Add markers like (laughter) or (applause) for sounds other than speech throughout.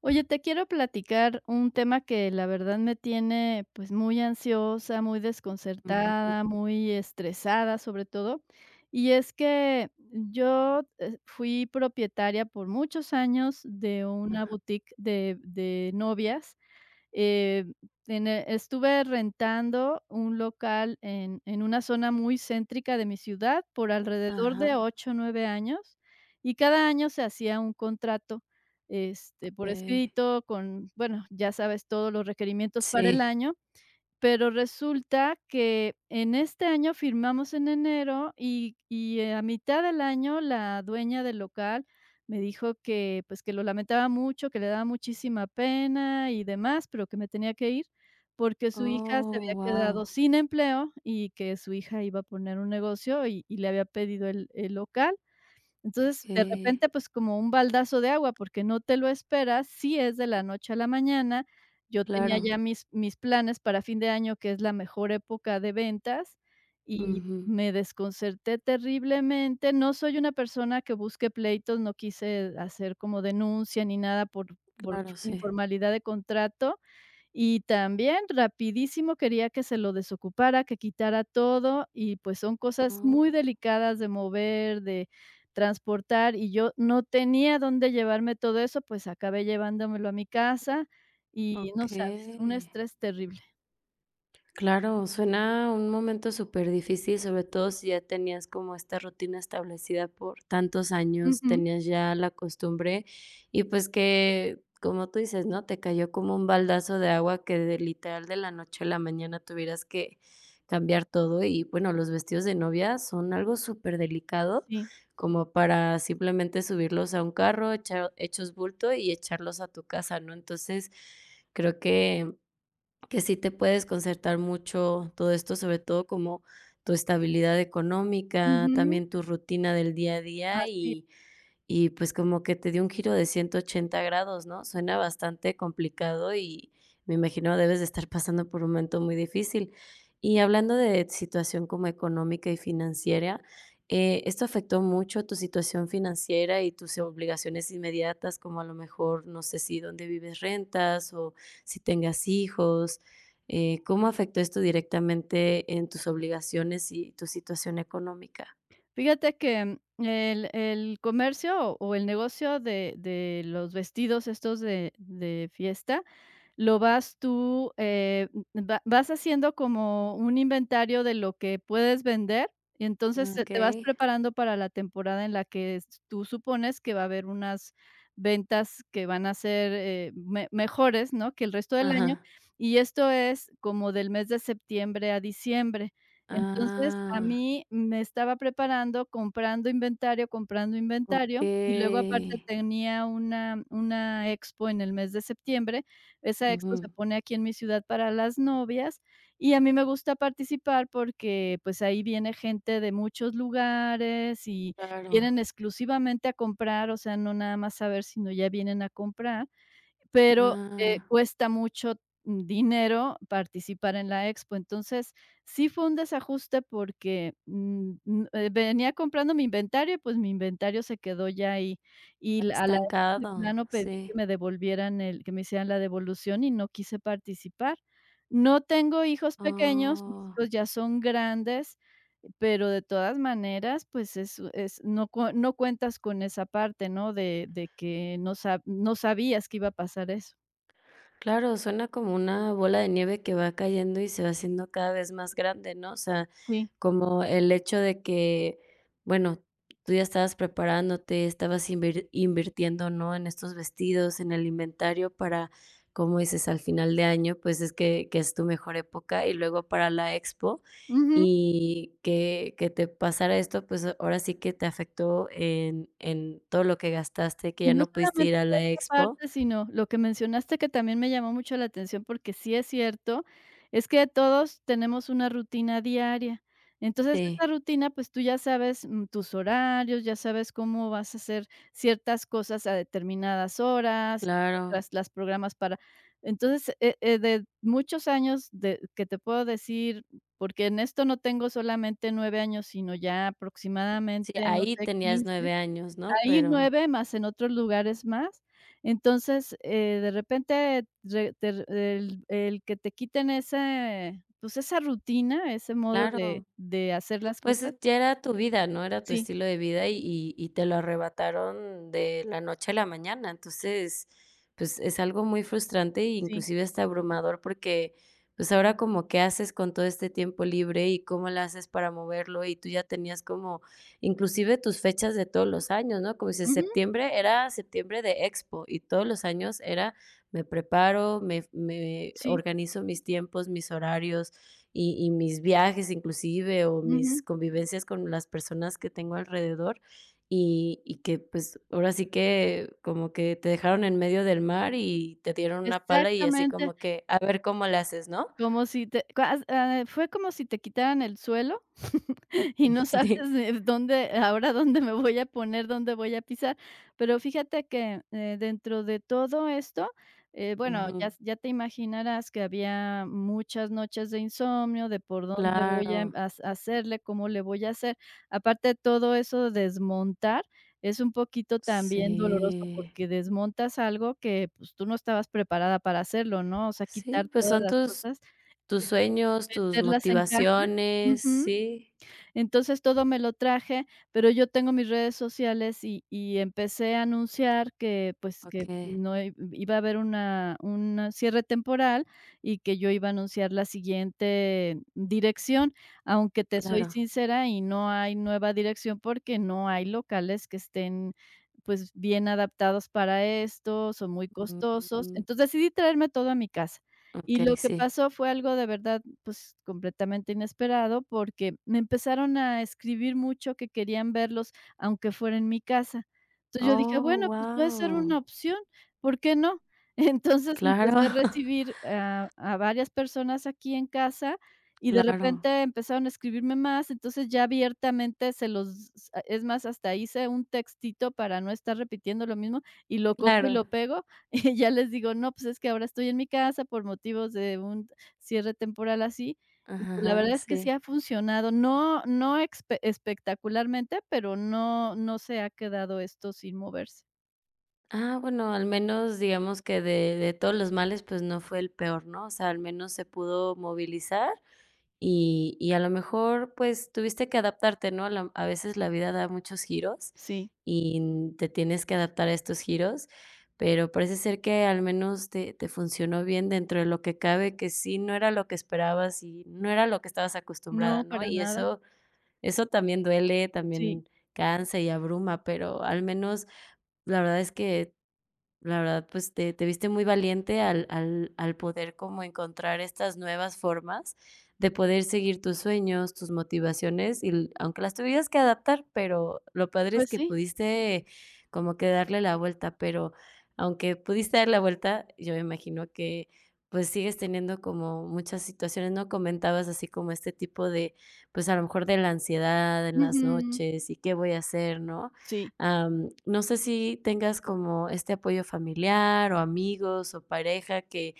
Oye, te quiero platicar un tema que la verdad me tiene, pues, muy ansiosa, muy Ujú. desconcertada, muy estresada sobre todo. Y es que yo fui propietaria por muchos años de una Ajá, boutique de novias, eh, estuve rentando un local en una zona muy céntrica de mi ciudad por alrededor de ajá, 8 o 9 años, y cada año se hacía un contrato, este, por okey. escrito con, bueno, ya sabes, todos los requerimientos para el Sí. año. Pero resulta que en este año firmamos en enero y a mitad del año la dueña del local me dijo que, pues, que lo lamentaba mucho, que le daba muchísima pena y demás, pero que me tenía que ir, porque su hija se Oh, había quedado wow. sin empleo y que su hija iba a poner un negocio y le había pedido el local. Entonces, de Okey, repente, pues, como un baldazo de agua, porque no te lo esperas, sí es de la noche a la mañana. Yo tenía claro. ya mis planes para fin de año, que es la mejor época de ventas, y Ujú, me desconcerté terriblemente. No soy una persona que busque pleitos, no quise hacer como denuncia ni nada por claro, sí. informalidad de contrato, y también rapidísimo quería que se lo desocupara, que quitara todo y, pues, son cosas Oh, muy delicadas de mover, de transportar, y yo no tenía dónde llevarme todo eso, pues acabé llevándomelo a mi casa y no sabes, un okey. estrés terrible. Claro, suena un momento superdifícil, sobre todo si ya tenías como esta rutina establecida por tantos años, Ujú, tenías ya la costumbre y pues que, como tú dices, ¿no? Te cayó como un baldazo de agua que de literal de la noche a la mañana tuvieras que cambiar todo y bueno, los vestidos de novia son algo superdelicado sí, como para simplemente subirlos a un carro, hechos bulto y echarlos a tu casa, ¿no? Entonces, creo que sí te puedes concertar mucho todo esto, sobre todo como tu estabilidad económica, ujú, también tu rutina del día a día así y es. y pues como que te dio un giro de 180 grados, ¿no? Suena bastante complicado y me imagino debes de estar pasando por un momento muy difícil. Y hablando de situación como económica y financiera, ¿esto afectó mucho tu situación financiera y tus obligaciones inmediatas, como a lo mejor, no sé si dónde vives rentas o si tengas hijos? ¿Cómo afectó esto directamente en tus obligaciones y tu situación económica? Fíjate que el comercio o el negocio de los vestidos estos de fiesta lo vas tú, va vas haciendo como un inventario de lo que puedes vender y entonces se Ok. te vas preparando para la temporada en la que s tú supones que va a haber unas ventas que van a ser, me mejores, ¿no?, que el resto del año, Ajá. y esto es como del mes de septiembre a diciembre. Entonces, a Ah, mí me estaba preparando comprando inventario, y luego aparte okey. tenía una expo en el mes de septiembre. Esa expo se Ujú, pone aquí en mi ciudad para las novias, y a mí me gusta participar porque, pues, ahí viene gente de muchos lugares y claro. vienen exclusivamente a comprar, o sea, no nada más a ver, sino ya vienen a comprar. Pero, Ah, cuesta mucho dinero participar en la expo. Entonces, sí fue un desajuste porque, venía comprando mi inventario y, pues, mi inventario se quedó ya ahí. está Y la a la de estancado, plano pedí que sí. me devolvieran el que me hicieran la devolución y no quise participar. No tengo hijos pequeños, mis Oh. hijos ya son grandes, pero de todas maneras, pues es no cue no cuentas con esa parte, ¿no? De que no sa no sabías que iba a pasar eso. Claro, suena como una bola de nieve que va cayendo y se va haciendo cada vez más grande, ¿no? O sea, Sí, como el hecho de que, bueno, tú ya estabas preparándote, estabas invirtiendo, ¿no? En estos vestidos, en el inventario para, como dices, al final de año, pues es que es tu mejor época y luego para la expo ujú. y que te pasara esto, pues ahora sí que te afectó en todo lo que gastaste, que Y ya no no pudiste solamente ir a la expo. parte sí no. Lo que mencionaste que también me llamó mucho la atención, porque sí es cierto, es que todos tenemos una rutina diaria. Entonces, Sí, esa rutina, pues tú ya sabes, tus horarios, ya sabes cómo vas a hacer ciertas cosas a determinadas horas, claro. otras las programas para entonces, de muchos años de que te puedo decir, porque en esto no tengo solamente 9 años, sino ya Sí, aproximadamente, no ahí sé, tenías quince, 9 años, ¿no? ahí Pero 9 más en otros lugares más. Entonces, de repente re ter el que te quiten ese, pues, esa rutina, ese modo de claro, de hacer las pues cosas. ya era tu vida, ¿no? Era tu Sí, estilo de vida y te lo arrebataron de la noche a la mañana. Entonces, pues es algo muy frustrante e sí. inclusive hasta abrumador porque, pues ahora como qué haces con todo este tiempo libre y cómo lo haces para moverlo y tú ya tenías como inclusive tus fechas de todos los años, ¿no? Como dices, Ujú, septiembre era septiembre de expo y todos los años era me preparo, me sí, organizo mis tiempos, mis horarios, y mis viajes inclusive o mis ujú. convivencias con las personas que tengo alrededor y que pues ahora sí que como que te dejaron en medio del mar y te dieron una pala y así Exactamente. como que a ver cómo le haces, ¿no? Como si te cuas ah, fue como si te quitaran el suelo (laughs) y no (laughs) sabes Sí. de dónde ahora dónde me voy a poner, dónde voy a pisar. Pero fíjate que, dentro de todo esto, bueno, ya Ujú. ya te imaginarás que había muchas noches de insomnio, de por dónde voy a Claro. has hacerle, cómo le voy a hacer. Aparte, de todo eso desmontar es un poquito también doloroso, Sí. porque desmontas algo que, pues, tú no estabas preparada para hacerlo, ¿no? O sea, quitar Sí, pues todas son las tus cosas, tus sueños, tus meterlas en caja, motivaciones, ujú. sí. Entonces, todo me lo traje, pero yo tengo mis redes sociales y empecé a anunciar que, pues, que Okey, no i iba a haber una un cierre temporal y que yo iba a anunciar la siguiente dirección, aunque te soy claro. sincera y no hay nueva dirección porque no hay locales que estén, pues, bien adaptados para esto, son muy costosos. Mm, Entonces, decidí traerme todo a mi casa. Y okey, lo que sí. pasó fue algo de verdad, pues, completamente inesperado, porque me empezaron a escribir mucho que querían verlos, aunque fuera en mi casa. Entonces yo dije: Oh, "Bueno, pues puede ser wow. una opción, ¿por qué no?". (laughs) Entonces Claro, empecé a (laughs) recibir a varias personas aquí en casa y de claro, repente empezaron a escribirme más, entonces ya abiertamente se los, es más, hasta hice un textito para no estar repitiendo lo mismo y lo copio y claro. lo pego, (laughs) y ya les digo: "No, pues es que ahora estoy en mi casa por motivos de un cierre temporal así, y Ajá, pues, la ajá, verdad es que sí sí. ha funcionado, no no espe espectacularmente, pero no no se ha quedado esto sin moverse. Ah, bueno, al menos digamos que de todos los males, pues, no fue el peor, ¿no? O sea, al menos se pudo movilizar y a lo mejor, pues, tuviste que adaptarte, ¿no? A veces la vida da muchos giros Sí, y te tienes que adaptar a estos giros, pero parece ser que al menos te funcionó bien dentro de lo que cabe, que sí no era lo que esperabas y no era lo que estabas acostumbrada, no, ¿no? para Y nada. eso. También duele, Sí, también cansa y abruma, pero al menos la verdad es que la verdad pues te viste muy valiente al poder como encontrar estas nuevas formas de poder seguir tus sueños, tus motivaciones, y aunque las tuvieras que adaptar, pero lo padre es pues que sí. pudiste como que darle la vuelta, pero aunque pudiste dar la vuelta, yo me imagino que pues sigues teniendo como muchas situaciones, ¿no? Comentabas así como este tipo de, pues a lo mejor de la ansiedad en las Ujú. noches y qué voy a hacer, ¿no? Sí, No sé si tengas como este apoyo familiar o amigos o pareja que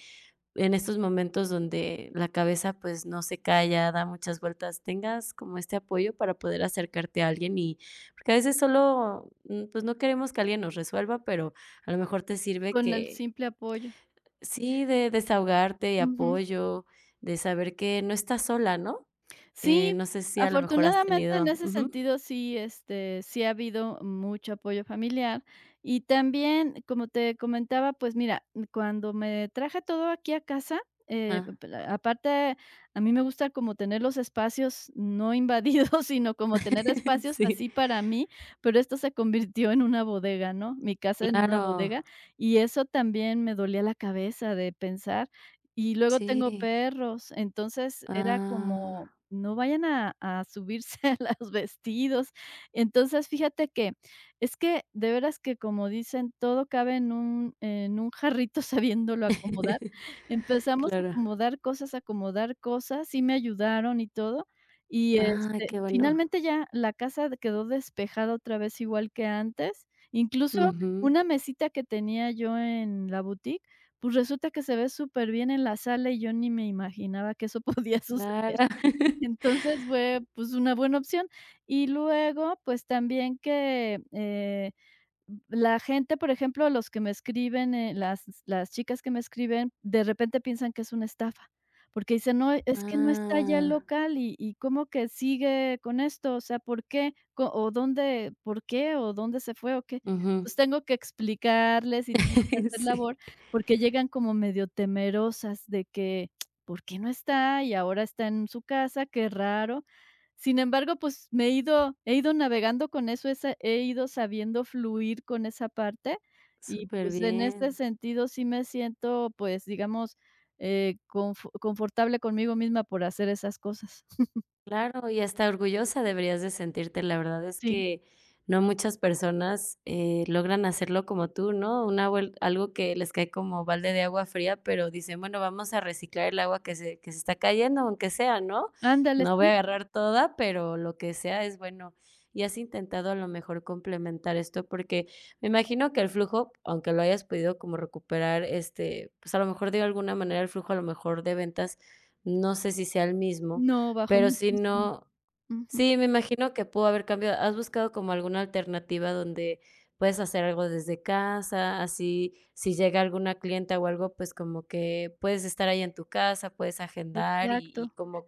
en estos momentos donde la cabeza pues no se calla, da muchas vueltas, tengas como este apoyo para poder acercarte a alguien y porque a veces solo pues no queremos que alguien nos resuelva, pero a lo mejor te sirve con el que simple apoyo. sí, de desahogarte y Ujú. apoyo, de saber que no estás sola, ¿no? Sí, No sé si a lo mejor has afortunadamente en tenido ese ujú, sentido sí, este, sí ha habido mucho apoyo familiar. Y también, como te comentaba, pues mira, cuando me traje todo aquí a casa, ah, pla- aparte, a mí me gusta como tener los espacios no invadidos, (laughs) sino como tener (laughs) espacios sí, así para mí, pero esto se convirtió en una bodega, ¿no? Mi casa en una claro. bodega, y eso también me dolía la cabeza de pensar. Y luego tengo Sí. perros, entonces era como Ah. no vayan a subirse (laughs) a los vestidos. Entonces, fíjate que es que de veras que, como dicen, todo cabe en un jarrito (laughs) sabiéndolo acomodar. (laughs) Empezamos Claro. A acomodar cosas, sí me ayudaron y todo. Y, Ah, este, qué bueno. finalmente ya la casa quedó despejada otra vez igual que antes. Incluso Ujú. una mesita que tenía yo en la boutique, pues resulta que se ve súper bien en la sala y yo ni me imaginaba que eso podía (laughs) suceder. Claro. (laughs) Entonces fue, pues, una buena opción. Y luego, pues, también que, la gente, por ejemplo, los que me escriben, las chicas que me escriben, de repente piensan que es una estafa, porque dicen: "No, es que no está ya el Ah. local y cómo que sigue con esto, o sea, ¿por qué? Co o dónde, ¿por qué? ¿O dónde se fue o qué?". Ujú. Entonces, tengo que explicarles y tengo que (laughs) hacer Sí. labor, porque llegan como medio temerosas de que: "¿Por qué no está? Y ahora está en su casa, qué raro". Sin embargo, pues, me he ido navegando con eso, ese he ido sabiendo fluir con esa parte y, Súper pues, en este bien. sentido sí me siento, pues, digamos, confo confortable conmigo misma por hacer esas cosas. Claro, y hasta orgullosa deberías de sentirte. La verdad es Sí, que no muchas personas, logran hacerlo como tú, ¿no? Una vuel algo que les cae como balde de agua fría, pero dicen: "Bueno, vamos a reciclar el agua que se está cayendo, aunque sea, ¿no? ándale, No voy a sí. agarrar toda, pero lo que sea es bueno". ¿Y has intentado a lo mejor complementar esto? Porque me imagino que el flujo, aunque lo hayas podido como recuperar, este, pues, a lo mejor de alguna manera el flujo, a lo mejor de ventas, no sé si sea el mismo, No, bajó pero si muchísimo. no Ujú, sí, me imagino que pudo haber cambiado, ¿has buscado como alguna alternativa donde puedes hacer algo desde casa? Así, si llega alguna clienta o algo, pues, como que puedes estar ahí en tu casa, puedes agendar y exacto. como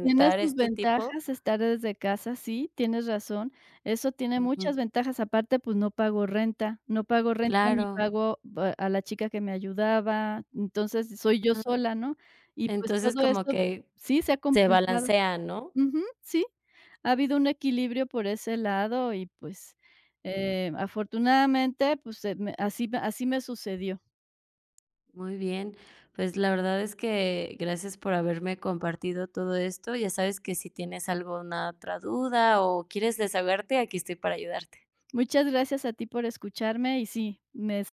Tiene sus este tipo. ventajas estar desde casa, sí, tienes razón. Eso tiene Ujú, muchas ventajas. Aparte, pues, no pago renta, no pago renta ni claro. pago ba a la chica que me ayudaba, entonces soy yo Ah, sola, ¿no? Y, pues, entonces todo como eso que sí se ha se compensado. balancea, ¿no? Ujú, sí. Ha habido un equilibrio por ese lado y, pues, afortunadamente, pues, se me así me- así me sucedió. Muy bien, pues la verdad es que gracias por haberme compartido todo esto. Ya sabes que si tienes alguna otra duda o quieres desahogarte, aquí estoy para ayudarte. Muchas gracias a ti por escucharme y sí, me